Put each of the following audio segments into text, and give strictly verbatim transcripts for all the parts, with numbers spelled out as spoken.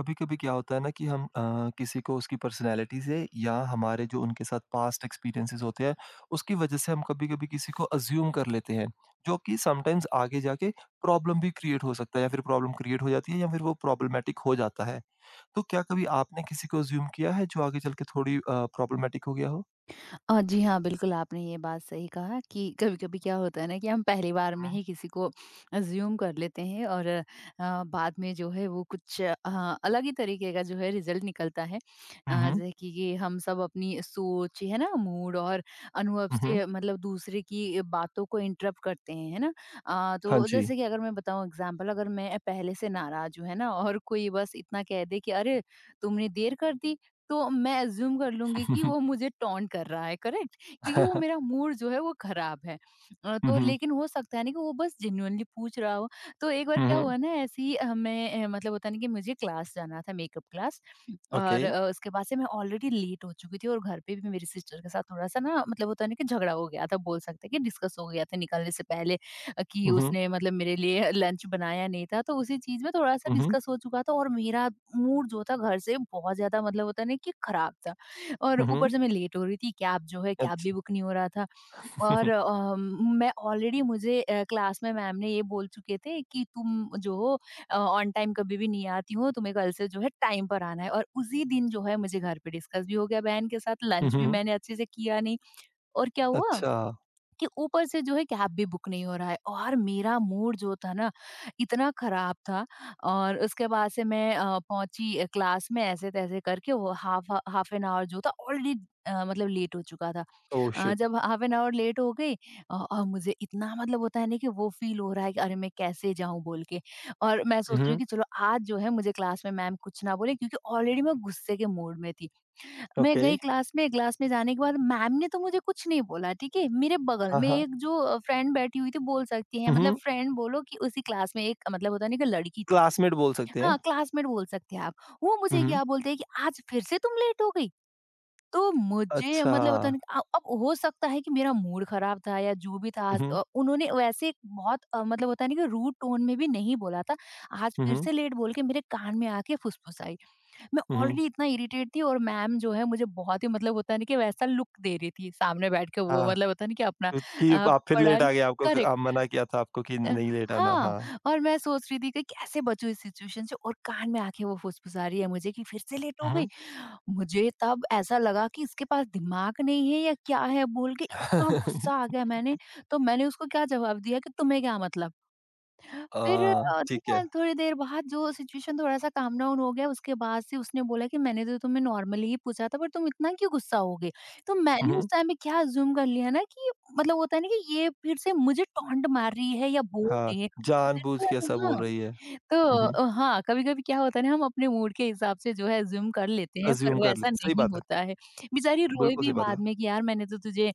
कभी-कभी क्या होता है ना कि हम अ, किसी को उसकी पर्सनैलिटी से या हमारे जो उनके साथ पास्ट एक्सपीरियंसेस होते हैं, उसकी वजह से हम कभी-कभी किसी को अज़्यूम कर लेते हैं, जो कि समटाइम्स आगे जाके प्रॉब्लम भी क्रिएट हो सकता है या फिर प्रॉब्लम क्रिएट हो जाती है या फिर वो प्रॉब्लमैटिक हो जाता है। तो क्या कभी आपने किसी को अज़्यूम किया है जो आगे चल के थोड़ी अ, प्रॉब्लमैटिक हो गया हो? अ, जी हाँ, बिल्कुल आपने ये बात सही कहा कि कभी-कभी क्या होता है ना कि हम पहली बार में हुँ। ही किसी को अज़्यूम कर लेते हैं, और अ, बाद में जो है वो कुछ अ, अलग ही तरीके का जो है रिज़ल्ट निकलता है। अ, हुँ, हुँ। जैसे कि ये हम सब अपनी सोच, है ना, मूड और अनुभव हुँ, हुँ। से मतलब दूसरे की बातों को इंटरप्ट करते हैं, है ना? अ, हाँ तो जी। जैसे कि अगर मैं बताऊँ एग्ज़ाम्पल, अगर मैं पहले से नाराज़ हूँ, है ना? और कोई बस इतना कह दे कि, "अरे! तुमने देर कर दी।" तो मैं अज़्यूम कर लूँगी कि वो मुझे टॉन्ट कर रहा है, करेक्ट? क्योंकि वो मेरा मूड जो है वो ख़राब है। अ, हुँ, तो हुँ। लेकिन हो सकता है ना कि वो बस जेन्युइनली पूछ रहा हो। तो एक बार हुँ, okay, क्या हुआ हुँ। ना ऐसे ही, अ, मैं अ, मतलब होता है ना कि मुझे क्लास जाना था, मेकअप क्लास। ओके। और अ, उसके बाद से मैं ऑलरेडी लेट हो चुकी थी, और घर पे भी मेरी सिस्टर के साथ थोड़ा-सा ना, मतलब होता है ना कि झगड़ा हो गया था, बोल सकते हैं कि डिस्कस हो गया था, निकलने से पहले। अ, कि उसने मतलब मेरे लिए लंच बनाया नहीं था, तो उसी चीज़ में थोड़ा-सा हुँ, हुँ। डिस्कस हो चुका था, और मेरा मूड जो था घर से बहुत ज़्यादा, मतलब होता है ना कि खराब था, और ऊपर हुँ, से मैं लेट हो रही थी, कैब जो है कैब भी अच्छा। बुक नहीं हो रहा था। और हुँ। अ, मैं ऑलरेडी, मुझे अ, क्लास में मैम ने ये बोल चुके थे कि तुम जो हो अ, ऑन टाइम कभी भी नहीं आती हो, तुम्हें कल से जो है टाइम पर आना है। और उसी दिन जो है, मुझे घर पे डिस्कस भी हो गया बहन के साथ, हुँ, हुँ। अच्छ लंच हुँ, भी हुँ। मैंने अच्छे से किया नहीं, और क्या हुआ अच्छा। कि ऊपर से जो है कैब भी बुक नहीं हो रहा है, और मेरा मूड जो था ना, इतना खराब था। और उसके बाद से मैं अ, पहुंची अ, क्लास में ऐसे तैसे करके, वो हाफ हाफ एन आवर जो था ऑलरेडी मतलब लेट हो चुका था। Oh uh, shit! जब हाफ एन आवर लेट हो गई, अ, और मुझे इतना, मतलब होता है ना कि वो फील हो रहा है कि अरे मैं कैसे जाऊं, बोल के। और मैं हुँ, सोच रही हूँ हुँ। कि चलो आज जो है मुझे क्लास में मैम कुछ ना बोले, क्योंकि ऑलरेडी मैं गुस्से के मूड में थी। मैं ओके। गई क्लास में, क्लास में जाने के बाद मैम ने तो मुझे कुछ नहीं बोला, ठीक है। मेरे बगल हाँ, में हाँ। एक जो अ, फ्रेंड बैठी हुई थी, बोल सकती हैं हुँ, मतलब हुँ। फ्रेंड बोलो, कि उसी क्लास में एक, मतलब होता नहीं कि लड़की थी। क्लासमेट बोल सकते हाँ, हैं। क्लासमेट बोल सकते हैं आप। वो हुँ, मुझे हुँ। क्या बोलते हैं कि आज फिर से तुम लेट हो गई। तो मुझे अच्छा। मतलब होता नहीं कि- अ, अब हो सकता है कि मेरा मूड खराब था या जो भी था, हुँ, आज हुँ। अ, उन्होंने वैसे एक बहुत, अ, मतलब होता नहीं कि रूड टोन में भी नहीं बोला था। आज हुँ, फिर हुँ। से लेट, बोल के मेरे कान में आके फुसफुसाई। मैं हुँ, हुँ। ऑलरेडी इतना इरिटेट थी, और मैम जो है मुझे बहुत ही, मतलब होता है ना कि वैसा लुक दे रही थी, सामने बैठ के वो, हाँ, मतलब होता है ना कि अपना तो कि अ, आप फिर पढ़ा लेट रही। आ गए आपको क करेक्ट। आप मना किया था आपको कि अ, नहीं लेट आना, हाँ। हाँ। और मैं सोच रही थी कि कैसे बचूं इस सिचुएशन से, और कान में आके वो फुसफुसा रही है मुझे कि फिर से लेट हो हुँ, गई। हुँ। मुझे तब ऐसा लगा कि इसके पास दिमाग नहीं है या क्या है, बोल के इतना अ, गुस्सा आ गया मैंने। तो मैंने उसको क्या जवाब दिया कि तुम्हें क्या मतलब। फिर अ, ठीक है। देखिए, थोड़ी देर बाद जो सिचुएशन थोड़ा-सा काम डाउन हो गया, उसके बाद से उसने बोला कि मैंने तो तुम्हें नॉर्मली ही पूछा था, पर तुम इतना क्यों गुस्सा हो गए? तो हुँ, मैंने उस हुँ। टाइम पे क्या अज़्यूम कर लिया ना कि, मतलब होता है ना कि ये फिर से मुझे टॉन्ट मार रही है या बोल हाँ, रही है। फिर जानबूझ से के ऐसा आगे। बोल हाँ, रही है। तो हुँ, हुँ। अ, हाँ, कभी-कभी क्या होता है ना, हम अपने मूड के हिसाब से जो है अज़्यूम कर लेते हैं, पर अज़्यूम वो कर ऐसा लेते सही नहीं बात है, होता है। बेचारी रोई बिल्कुल भी सही बात है। बाद में कि यार मैंने तो तुझे,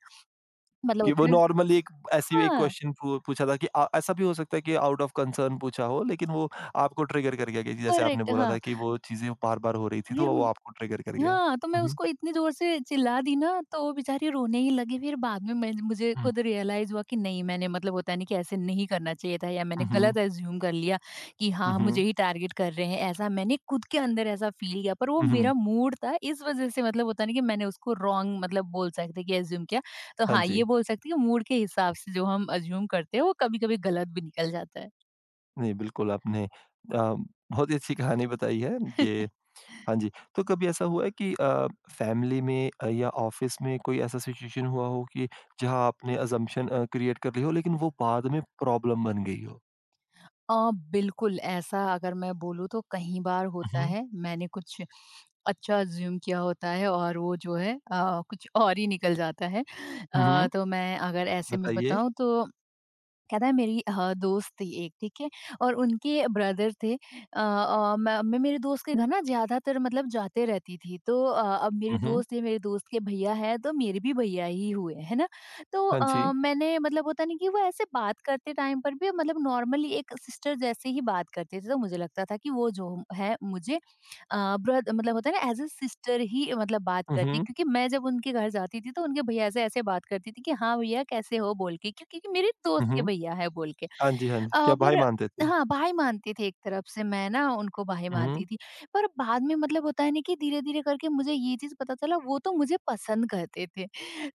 मतलब कि वो होता है ना। नॉर्मली एक ऐसी एक हाँ, क्वेश्चन पू पूछा था कि अ, ऐसा भी हो सकता है कि आउट ऑफ कंसर्न पूछा हो, लेकिन वो आपको ट्रिगर कर गया कि जैसे आपने करेक्ट। बोला हाँ, था कि वो चीज़ें बार-बार हो रही थी, तो फिर। वो आपको ट्रिगर कर गया। हाँ, तो मैं हुँ, हुँ। उसको इतनी ज़ोर से चिल्ला दी ना, तो वो बेचारी रोने ही लगी। फिर बाद में मैं मुझे खुद रियलाइज़ हुआ कि नहीं, मैंने, मतलब होता है नहीं कि ऐसे नहीं करना चाहिए था, या मैंने हुँ, हुँ, गलत अज़्यूम कर लिया कि हुँ, हाँ, हुँ, मुझे ही टारगेट कर रहे हैं, ऐसा मैंने खुद के अंदर ऐसा फ़ील किया। पर वो हुँ, मेरा हुँ। मूड था, इस वज़ह से, मतलब होता है ना कि मैंने उसको रॉन्ग मतलब बोल सकते हैं कि अज़्यूम किया। तो हाँ हाँ, ये जी। बोल सकती हूँ कि मूड के हिसाब से जो हम अज़्यूम करते हैं, वो कभी-कभी गलत भी निकल जाता है। नहीं, बिल्कुल आपने अ, बहुत ही अच्छी कहानी बताई है ये हाँ जी। तो कभी ऐसा हुआ है कि अ, फैमिली में अ, या ऑफ़िस में कोई ऐसा सिचुएशन हुआ हो कि जहाँ आपने असम्पशन अ, क्रिएट कर ली हो, लेकिन वो बाद में प्रॉब्लम बन गई हो? अ, बिल्कुल ऐसा, अगर मैं बोलूँ तो कई बार हुँ, होता हुँ। है। मैंने कुछ अच्छा अज़्यूम किया होता है, और वो जो है अ, कुछ और ही निकल जाता है। हुँ, अ, हुँ। तो मैं अगर ऐसे में बताइए। बताऊँ, तो कहता है मेरी अ, दोस्त थी एक, ठीक है? और उनके ब्रदर थे। अ अ, मैं मैं मेरे दोस्त के घर ना ज़्यादातर मतलब जाते रहती थी। तो अ, अब मेरी हुँ, हुँ। दोस्त है, मेरे दोस्त के भैया हैं, तो मेरे भी भैया ही हुए, है ना? तो हाँ अ, जी। मैंने, मतलब होता नहीं कि वो ऐसे बात करते टाइम पर भी मतलब नॉर्मली एक सिस्टर जैसे ही बात करते थे। तो मुझे लगता था कि वो जो है मुझे अ, ब्रद मतलब होता है ना एज़ अ सिस्टर ही मतलब बात हुँ, करती, हुँ। क्योंकि मैं जब उनके घर जाती थी तो उनके भैया से ऐसे बात करती थी कि हाँ भैया कैसे हो, बोल के, क्योंकि कि मेरे दोस्त हुँ, के हुँ। भैया है, बोल के। अ, हाँ जी, हाँ जी। क्या भाई पर मानते थे? हाँ, भाई मानते थे, एक तरफ से मैं ना उनको भाई हुँ, मानती हुँ। थी। पर बाद में, मतलब होता है ना कि धीरे-धीरे करके मुझे ये चीज़ पता चला, वो तो मुझे पसंद करते थे।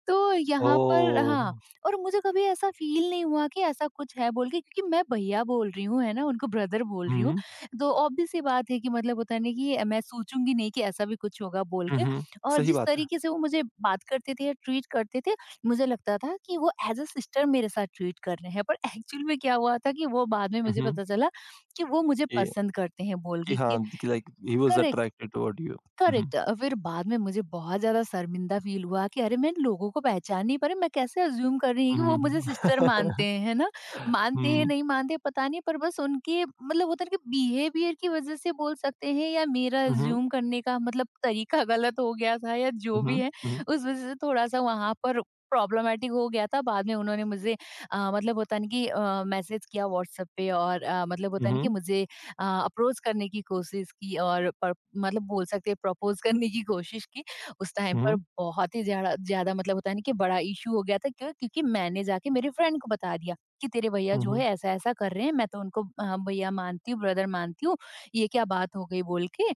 तो यहाँ पर ओह! हाँ, और मुझे कभी ऐसा फ़ील नहीं हुआ कि ऐसा कुछ है, बोल के, क्योंकि मैं भैया बोल रही हूँ, है ना? उनको ब्रदर बोल रही हूँ। हुँ, तो ऑब्वियस सी बात है कि, मतलब होता है ना कि मैं सोचूंगी नहीं कि ऐसा भी कुछ होगा, बोल हुँ, के। हुँ। और सही जिस बात है। तरीके से वो मुझे बात करते थे या ट्रीट करते थे, मुझे लगता था कि वो एज अ सिस्टर मेरे साथ ट्रीट कर रहे हैं, पर एक्चुअल में क्या हुआ था, कि वो बाद में हुँ, मुझे हुँ। पता चला कि वो मुझे कि पसंद करते हैं, बोल कि के कि। हाँ, कि like he was correct. Attracted toward you. हुँ, हुँ। करेक्ट। अ, फिर बाद में मुझे बहुत ज्यादा शर्मिंदा फील हुआ कि अरे, मैं लोगों को पहचान नहीं पा रही, मैं कैसे अज्यूम कर रही हूँ कि वो हुँ, हुँ, मुझे सिस्टर मानते हुँ। हैं, है ना? मानते हैं, नहीं मानते हैं, पता नहीं, पर बस उनके, मतलब होता है ना कि बिहेवियर की वजह से बोल सकते हैं, या मेरा हुँ, हुँ, अज्यूम करने का मतलब तरीका गलत हो गया था, या जो भी है, हुँ, हुँ, हुँ, उस वजह से थोड़ा सा वहां पर प्रॉब्लमेटिक हो गया था। बाद में उन्होंने मुझे अ, मतलब होता नहीं कि मैसेज किया व्हाट्सएप पे, और अ, मतलब हुँ, होता नहीं कि हुँ, मुझे अप्रोच करने की कोशिश की, और पर मतलब बोल सकते हैं प्रपोज करने की कोशिश की। उस टाइम पर हुँ, बहुत ही ज़्यादा ज़्यादा, मतलब होता है ना कि बड़ा इश्यू हो गया था। क्यों? क्योंकि मैंने जाके मेरे फ्रेंड को बता दिया कि तेरे भैया हुँ, हुँ, जो है हुँ, ऐसा-ऐसा कर रहे हैं, मैं तो उनको अ, भैया मानती हूँ, ब्रदर मानती हूँ, ये क्या बात हो गई बोल के।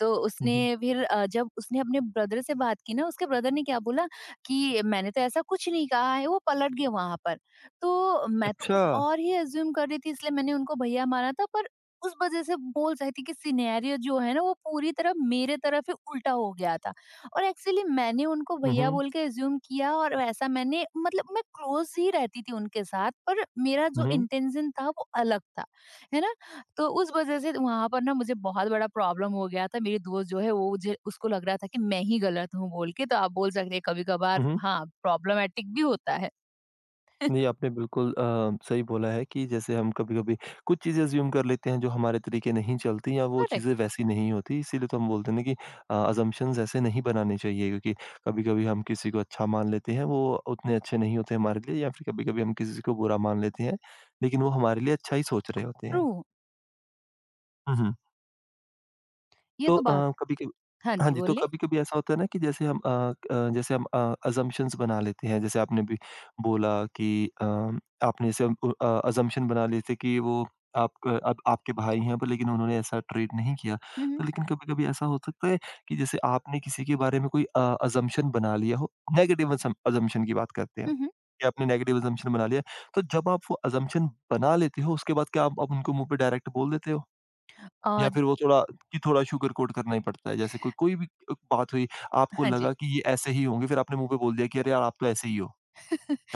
तो उसने हुँ। फिर अ, जब उसने अपने ब्रदर से बात की ना, उसके ब्रदर ने क्या बोला कि मैंने तो ऐसा कुछ नहीं कहा है, वो पलट गए वहाँ पर। तो मैं तो कुछ अच्छा! और ही अज़्यूम कर रही थी इसलिए मैंने उनको भैया माना था पर उस वजह से बोल सकते हैं कि सिनेरियो जो है ना वो पूरी तरह मेरे तरफ ही उल्टा हो गया था। और एक्चुअली मैंने उनको हुँ, भैया हुँ, बोल के एज्यूम किया और वैसा मैंने मतलब मैं क्लोज ही रहती थी उनके साथ पर मेरा हुँ, जो हुँ, इंटेंशन था वो अलग था, है ना। तो उस वजह से वहां पर ना मुझे बहुत बड़ा प्रॉब्लम हो गया था, मेरी दोस्त जो है वो मुझे उसको लग रहा था कि मैं ही गलत हूँ बोल के, तो आप बोल सकते हैं कभी कभार हुँ। हाँ प्रॉब्लमेटिक भी होता है। जी, आपने बिल्कुल अ, सही बोला है कि जैसे हम कभी-कभी कुछ चीज़ें अज़्यूम कर लेते हैं जो हमारे तरीके नहीं चलती या वो चीज़ें करेक्ट। वैसी नहीं होती इसीलिए तो हम बोलते हैं ना कि अ, अज़म्पशन्स ऐसे नहीं बनाने चाहिए क्योंकि कभी-कभी हम किसी को अच्छा मान लेते हैं वो उतने अच्छे नहीं होते हमारे लिए या फिर कभी-कभी हम किसी को बुरा मान लेते हैं, लेकिन वो हमारे लिए अच्छा ही सोच रहे होते ट्रू। हैं। हुँ, हुँ। ये तो तो अ, बात। कभी-कभी हाँ हाँ जी जी, तो बोलिए। कभी-कभी ऐसा होता है ना कि जैसे हम अ अ, जैसे हम अ, असम्पशन्स बना लेते हैं, जैसे आपने भी बोला कि अ, आपने जैसे अ अ, असम्पशन बना लिए थे कि वो आपका अब आपके भाई हैं, पर लेकिन उन्होंने ऐसा ट्रीट नहीं किया। हम्म, तो लेकिन कभी-कभी ऐसा हो सकता है कि जैसे आपने किसी के बारे में कोई अ, असम्पशन बना लिया हो, नेगेटिव असम असम्पशन की बात करते हैं, हम्म, हम्म, कि आपने नेगेटिव असम्पशन बना लिया। तो जब आप वो असम्पशन बना लेते हो, उसके बाद क्या आप आप उनको मुँह पे डायरेक्ट बोल देते हो? या और फिर वो थोड़ा कि थोड़ा शुगर कोट करना ही पड़ता है जैसे कोई कोई भी अ, बात हुई आपको हाँ जी। लगा कि ये ऐसे ही होंगे फिर आपने मुँह पे बोल दिया कि अरे यार आप तो ऐसे ही हो।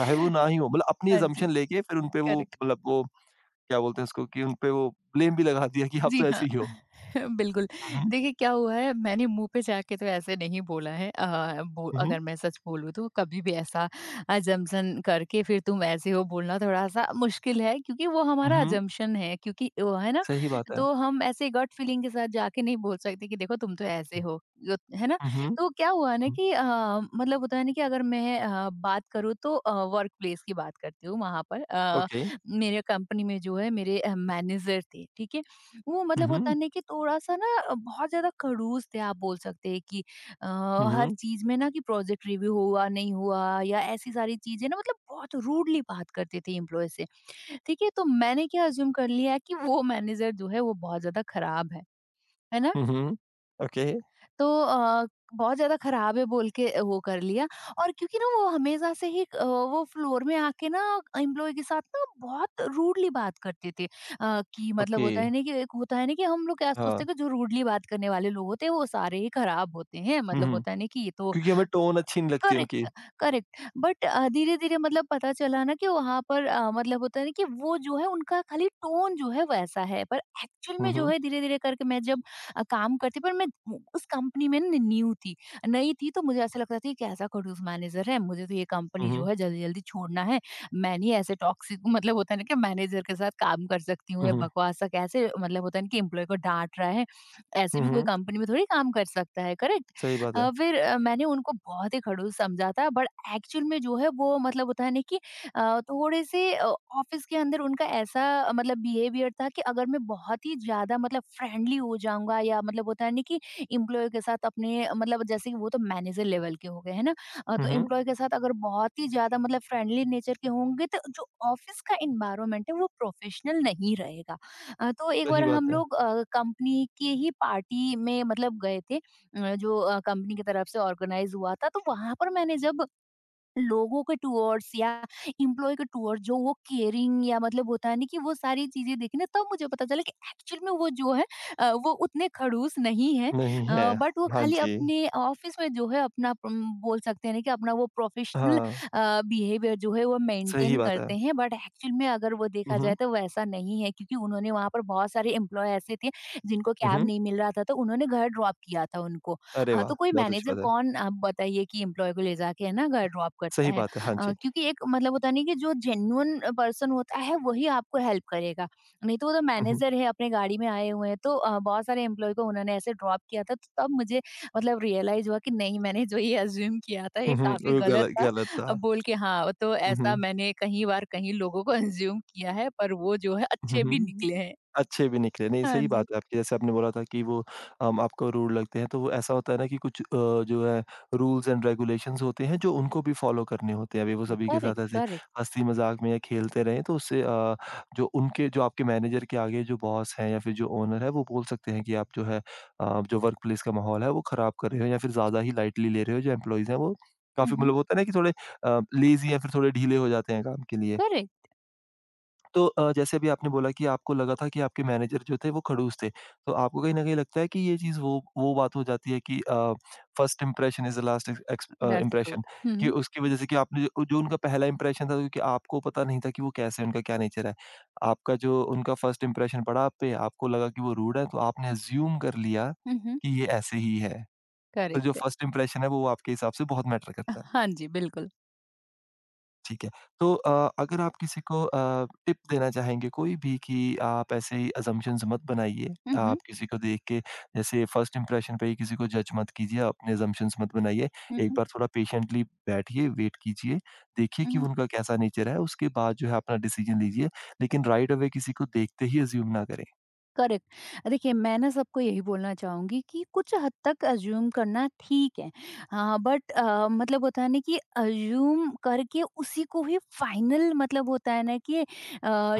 चाहे वो ना ही हो मतलब अपनी हाँ जी, असम्पशन लेके फिर उनपे वो करेक्ट। मतलब वो क्या बोलते हैं उसको कि उनपे वो ब्लेम भी लगा दिया कि आप जी तो हाँ। ऐसे ही हो। बिल्कुल, हुँ, देखिए क्या हुआ है, मैंने मुँह पे जाके तो ऐसे नहीं बोला है। अ, बो हुँ, अगर मैं सच बोलूँ तो कभी भी ऐसा अजम्पशन करके फिर तुम ऐसे हो बोलना थोड़ा-सा मुश्किल है, क्योंकि वो हुँ, हमारा हुँ, अजम्पशन है, क्योंकि वो है ना, सही बात है। तो हम ऐसे गट फीलिंग के साथ जाके नहीं बोल सकते कि देखो तुम तो ऐसे हो, य है ना? हुँ, हुँ, तो क्या हुआ ना हुँ, कि अ, मतलब होता है ना कि अगर मैं अ, बात करूँ तो अ, वर्क प्लेस की बात करती हूँ। वहाँ पर अ, ओके। मेरे कंपनी में जो है मेरे अ, मैनेजर थे, ठीक है? वो हुँ, मतलब होता हुँ, है ना कि थोड़ा-सा ना अ, बहुत ज़्यादा खड़ूस थे, आप बोल सकते हैं कि अ, हर हुँ, चीज़ में ना कि प्रोजेक्ट रिव्यू हुआ, नहीं हुआ या ऐसी सारी चीज़ें ना, मतलब बहुत रूडली बात करते थे एम्प्लॉई से, ठीक है? तो मैंने क्या अज़्यूम कर लिया कि वो मैनेजर जो है वो बहुत ज़्यादा खराब है, है ना? हुँ, हुँ, ओके, तो अ, बहुत ज़्यादा ख़राब है बोल के वो कर लिया। और क्योंकि ना वो हमेशा से ही अ, वो फ्लोर में आके ना एम्प्लॉयी के साथ ना बहुत रूडली बात करते थे। अ, कि मतलब ओके, होता है ना कि एक होता है ना कि हम लोग क्या सोचते हाँ। हैं कि जो रूडली बात करने वाले लोग होते हैं वो सारे ही ख़राब होते हैं, हुँ, मतलब हुँ, होता है ना कि ये तो क्योंकि हमें टोन अच्छी नहीं लगती उनकी। Correct, correct. बट अ, धीरे-धीरे मतलब पता चला ना कि वहाँ पर अ, मतलब होता है ना कि वो जो है उनका खाली टोन जो है वैसा है, पर एक्चुअल में हुँ, जो हुँ, है धीरे-धीरे करके मैं जब अ, काम करती पर मैं उ- उस कंपनी में न न्यू थी, नई थी, तो मुझे ऐसा लगता था कि कैसा खड़ूस मैनेजर है, मुझे तो ये कंपनी जो हुँ, है जल्दी-जल्दी छोड़ना है। मैं नहीं ऐसे टॉक्सिक मतलब होता है ना कि मैनेजर के साथ काम कर सकती हूँ, हुँ, या हुँ, बकवास सा कैसे मतलब होता है ना कि एम्प्लॉयी को डाँट रहा है, ऐसे हुँ, भी कोई हुँ, कंपनी में थोड़ी काम कर सकता है, करेक्ट? सही बात अ, है। फिर अ, मैंने उनको बहुत ही खड़ूस समझा था, बट एक्चुअल में जो है वो मतलब होता है ना कि अ, थोड़े से अ, ऑफिस के अंदर उनका ऐसा अ, मतलब बिहेवियर था कि अगर मैं बहुत ही ज्यादा मतलब फ्रेंडली हो जाऊंगा, या मतलब होता है ना कि एम्प्लॉय के साथ अपने मतलब जैसे कि वो तो मैनेजर लेवल के हो गए है ना, अ, तो हुँ, हुँ, एम्प्लॉय के साथ अगर बहुत ही ज्यादा मतलब फ्रेंडली नेचर के होंगे तो जो ऑफिस का इन्वायरमेंट है वो प्रोफेशनल नहीं रहेगा। अ, तो एक बार सही हम बात है। लोग कंपनी की ही पार्टी में मतलब गए थे, अ, जो अ, कंपनी की तरफ से ऑर्गेनाइज हुआ था, तो वहाँ पर मैंने जब लोगों के टूअर्स या एम्प्लॉयी के टूअर्स जो वो केयरिंग या मतलब होता है ना कि वो सारी चीज़ें देखी ना, तब मुझे पता चला कि एक्चुअल में वो जो है अ, वो उतने खड़ूस नहीं है। नहीं है। अ, बट वो हाँ खाली जी। अपने ऑफिस में जो है अपना उम, बोल सकते हैं ना कि अपना वो प्रोफेशनल हाँ, अ, बिहेवियर जो है वो सही मेंटेन बात है। करते हैं। बट एक्चुअल में अगर वो हुँ, देखा जाए हुँ। तो वैसा नहीं है, क्योंकि उन्होंने वहाँ पर बहुत सारे एम्प्लॉयी ऐसे थे जिनको हुँ, कैब हुँ। नहीं मिल रहा था तो उन्होंने घर ड्रॉप किया था उनको। अरे हाँ, वाह! तो कोई बहुत अच्छी मैनेजर बात है। कौन आप बताइए कि एम्प्लॉयी को ले जाके है ना घर ड्रॉप करता सही है। बात है, हाँ अ, जी। क्योंकि एक मतलब होता नहीं कि जो जेन्युइन पर्सन होता है वही आपको हेल्प करेगा। नहीं तो वो तो हुँ, हुँ। मैनेजर है अपने गाड़ी में आए हुए हैं, तो अ, बहुत सारे एम्प्लॉयी को उन्होंने ऐसे ड्रॉप किया था, तो तब मुझे मतलब रियलाइज़ हुआ कि नहीं मैंने जो ये अज़्यूम किया था ये हुँ, हुँ। काफ़ी वो गलत गल था। गलत अ, था। बोल के हाँ, तो हुँ, ऐसा हुँ। मैंने कहीं बार कहीं लोगों को अज़्यूम किया है, पर वो जो है हुँ, अच्छे भी हुँ। निकले हैं। अच्छे भी निकले, नहीं हाँ सही जी। बात है आपकी। जैसे आपने बोला था कि वो अम, आपको रूल लगते हैं, तो वो ऐसा होता है ना कि कुछ अ, जो है रूल्स एंड रेगुलेशंस होते हैं जो उनको भी फॉलो करने होते हैं। अभी वो सभी के करेक्ट, साथ ऐसे करेक्ट। हँसी-मज़ाक में या खेलते रहें तो उससे अ, जो उनके जो आपके मैनेजर के आगे जो बॉस हैं या फिर जो ओनर है वो बोल सकते हैं कि आप जो है अ, जो वर्क प्लेस का माहौल है वो खराब कर रहे हो या फिर ज़्यादा ही लाइटली ले रहे हो। जो एम्प्लॉइज़ हैं वो हुँ, काफ़ी हुँ। मतलब होता है ना कि थोड़े अ, लेज़ी या फिर थोड़े ढीले हो जाते हैं काम के लिए। करेक्ट, तो अ, जैसे अभी आपने बोला कि आपको लगा था कि आपके मैनेजर जो थे वो खड़ूस थे। तो आपको कहीं न कहीं लगता है कि ये चीज़ वो वो बात हो जाती है कि uh, first impression is the last is ex uh, that's true. Impression हुँ, कि हुँ। उसकी वज़ह से कि आपने जो जो उनका पहला इंप्रेशन था क्योंकि आपको पता नहीं था कि वो कैसे हैं, उनका क्या नेचर है। आपका जो उनका फर्स्ट इंप्रेशन पड़ा आप पे, आपको लगा कि वो रूड है तो आपने अज़्यूम कर लिया हुँ, हुँ। कि ये ऐसे ही है। तो जो करेक्ट है। फर्स्ट इंप्रेशन है वो आपके हिसाब से बहुत मैटर करता है। हाँ जी, बिल्कुल। ठीक है। तो अ, अगर आप किसी को अ, टिप देना चाहेंगे कोई भी कि आप ऐसे ही असम्पशन्स मत बनाइए। हुँ, हुँ। आप किसी को देख के जैसे फर्स्ट इंप्रेशन पे ही किसी को जज मत कीजिए, अपने असम्पशन्स मत बनाइए। हुँ, एक हुँ। बार थोड़ा पेशेंटली बैठिए, वेट कीजिए, देखिए कि हुँ, उनका कैसा नेचर है, उसके बाद जो है अपना डिसीजन लीजिए। लेकिन राइट अवे किसी को देखते ही अज़्यूम ना करें। करेक्ट। देखिए, मैं ना सबको यही बोलना चाहूँगी कि कुछ हद तक अज़्यूम करना ठीक है। हाँ, बट अ, मतलब होता है ना कि अज़्यूम करके उसी को ही फ़ाइनल मतलब होता है ना कि अ,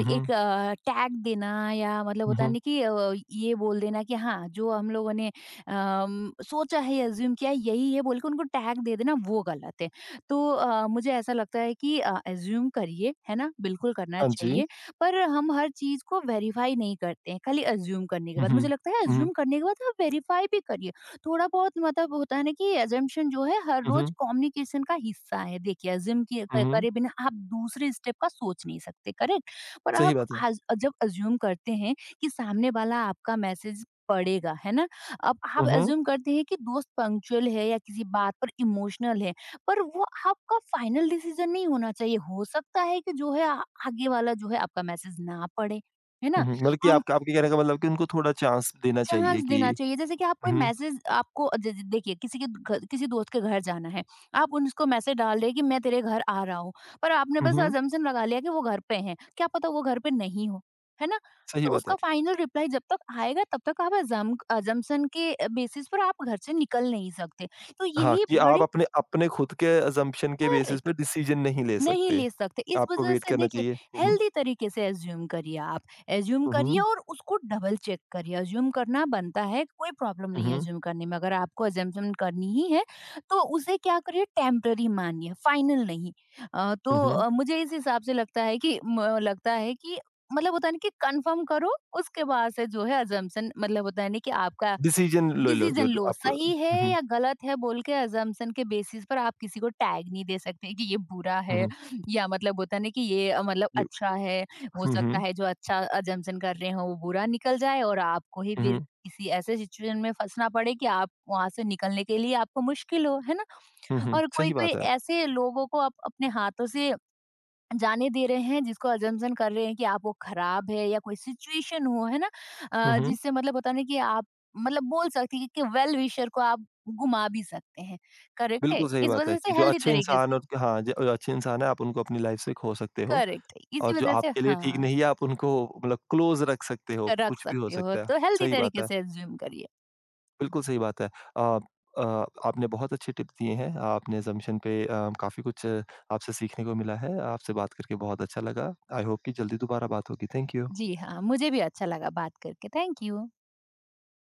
उहुँ, अ, टैग देना, या मतलब होता है उहुँ, ना कि अ, ये बोल देना कि हाँ, जो हम लोगों ने अम, सोचा है, अज़्यूम किया है, यही है बोल के उनको टैग दे देना, वो गलत है। तो अ, मुझे ऐसा लगता है कि अ, अज़्यूम करिए, है ना? बिल्कुल करना हाँ जी। चाहिए। पर हम हर चीज़ को वेरीफाई नहीं करते हैं, खाली अज़्यूम करने के बाद। उहुँ, मुझे लगता है उहुँ, अज़्यूम करने के बाद आप वेरीफाई भी करिए। थोड़ा बहुत मतलब होता है ना कि अज़म्पशन जो है हर रोज़ उहुँ, कम्युनिकेशन का हिस्सा है। देखिए अज़्यूम किए क उहुँ, करे बिना आप दूसरे स्टेप का सोच नहीं सकते, करेक्ट? पर आप सही बात है। हज़ जब अज़्यूम करते हैं कि सामने वाला आपका मैसेज पढ़ेगा, है ना? अब आप उहुँ, अज़्यूम करते हैं कि दोस्त पंक्चुअल है या किसी बात पर इमोशनल है। पर वो आपका फाइनल डिसीजन नहीं होना चाहिए। हो सकता है कि जो है आ आगे वाला जो है आपका मैसेज ना पढ़े, है ना? उहुँ, मतलब कि हम आपका आपके कहने का मतलब कि उनको थोड़ा चांस देना चांस चाहिए कि देना चाहिए, जैसे कि आप कोई उहुँ। मैसेज आपको ज ज देखिए किसी के घ किसी दोस्त के घर जाना है, आप उसको मैसेज डाल रहे हैं कि मैं तेरे घर आ रहा हूँ, पर आपने हुँ, बस हुँ। असम्पशन लगा लिया कि वो घर पे हैं, क्या पता वो घर पे नहीं हो, है ना? सही तो बात उसका है। फाइनल रिप्लाई जब तक आएगा तब तक आप असम असम्पशन के बेसिस पर आप घर से निकल नहीं सकते। तो हाँ, यही कि आप बड़े अपने अपने खुद के असम्पशन के बेसिस करेक्ट। पे डिसीज़न नहीं ले नहीं सकते। ले सकते। इस आपको वज़ह वेट से करना देखिए चाहिए। हुँ, हुँ। हेल्दी तरीके से अज़्यूम करिए आप। अज़्यूम हुँ, करिए हुँ। और उसको डबल चेक करिए। अज़्यूम करना बनता है, कोई प्रॉब्लम हुँ, नहीं है हुँ। अज़्यूम करने में। अगर आपको अज़म्पशन करनी ही है, तो उसे क्या करिए टेम्पररी मानिए, फाइनल नहीं। अ, हुँ, तो हुँ। अ, मुझे इस हिसाब से लगता है कि म लगता है कि मतलब होता है ना कि कन्फर्म करो, उसके बाद से जो है अज़म्पशन मतलब होता है ना कि आपका डिसीज़न ले लो डिसीजन जो लो आपको हुँ, सही है हुँ। या गलत है बोल के, अजम्पशन के बेसिस पर आप किसी को टैग नहीं दे सकते कि ये बुरा हुँ, है हुँ। या मतलब होता नहीं कि ये अ, मतलब जो अच्छा है। हो हुँ, सकता हुँ। है जो अच्छा अजम्पशन कर रहे हो वो बुरा निकल जाए और आपको ही हुँ, फिर हुँ। किसी ऐसे सिचुएशन में फंसना पड़े कि आप वहां से निकलने के लिए आपको मुश्किल हो, है ना। हुँ, हुँ। और कोई सही कोई बात है। ऐसे लोगों को आप अपने हाथों से जाने दे रहे हैं जिसको अजम्पशन कर रहे हैं कि आप वो खराब है या कोई सिचुएशन हो, है ना। हुँ, अ, हुँ। जिससे मतलब होता नहीं कि आप मतलब बोल सकते हैं कि वेल विशर को आप घुमा भी सकते हैं। करेक्ट है, बिल्कुल सही इस बात है वजह से कि जो हेल्दी अच्छे तरीके इंसान से और हाँ, जो जो अच्छे इंसान हैं आप उनको अपनी लाइफ़ से खो सकते हो करेक्ट है, इसी और जो वजह से आपके लिए ठीक हाँ नहीं है आप उनको मतलब क्लोज़ रख सकते हो, रख कुछ भी हो सकते हो, सकता है। तो हेल्दी सही बात तरीके है। से एज्यूम करिए। बिल्कुल सही बात है। अ अ, आपने बहुत अच्छे टिप दिए हैं। आपने assumption पे अ, काफ़ी कुछ आ, आपसे सीखने को मिला है। आपसे बात करके बहुत अच्छा लगा। आई होप कि जल्दी दोबारा बात होगी। Thank you. जी हाँ, मुझे भी अच्छा लगा बात करके, थैंक यू।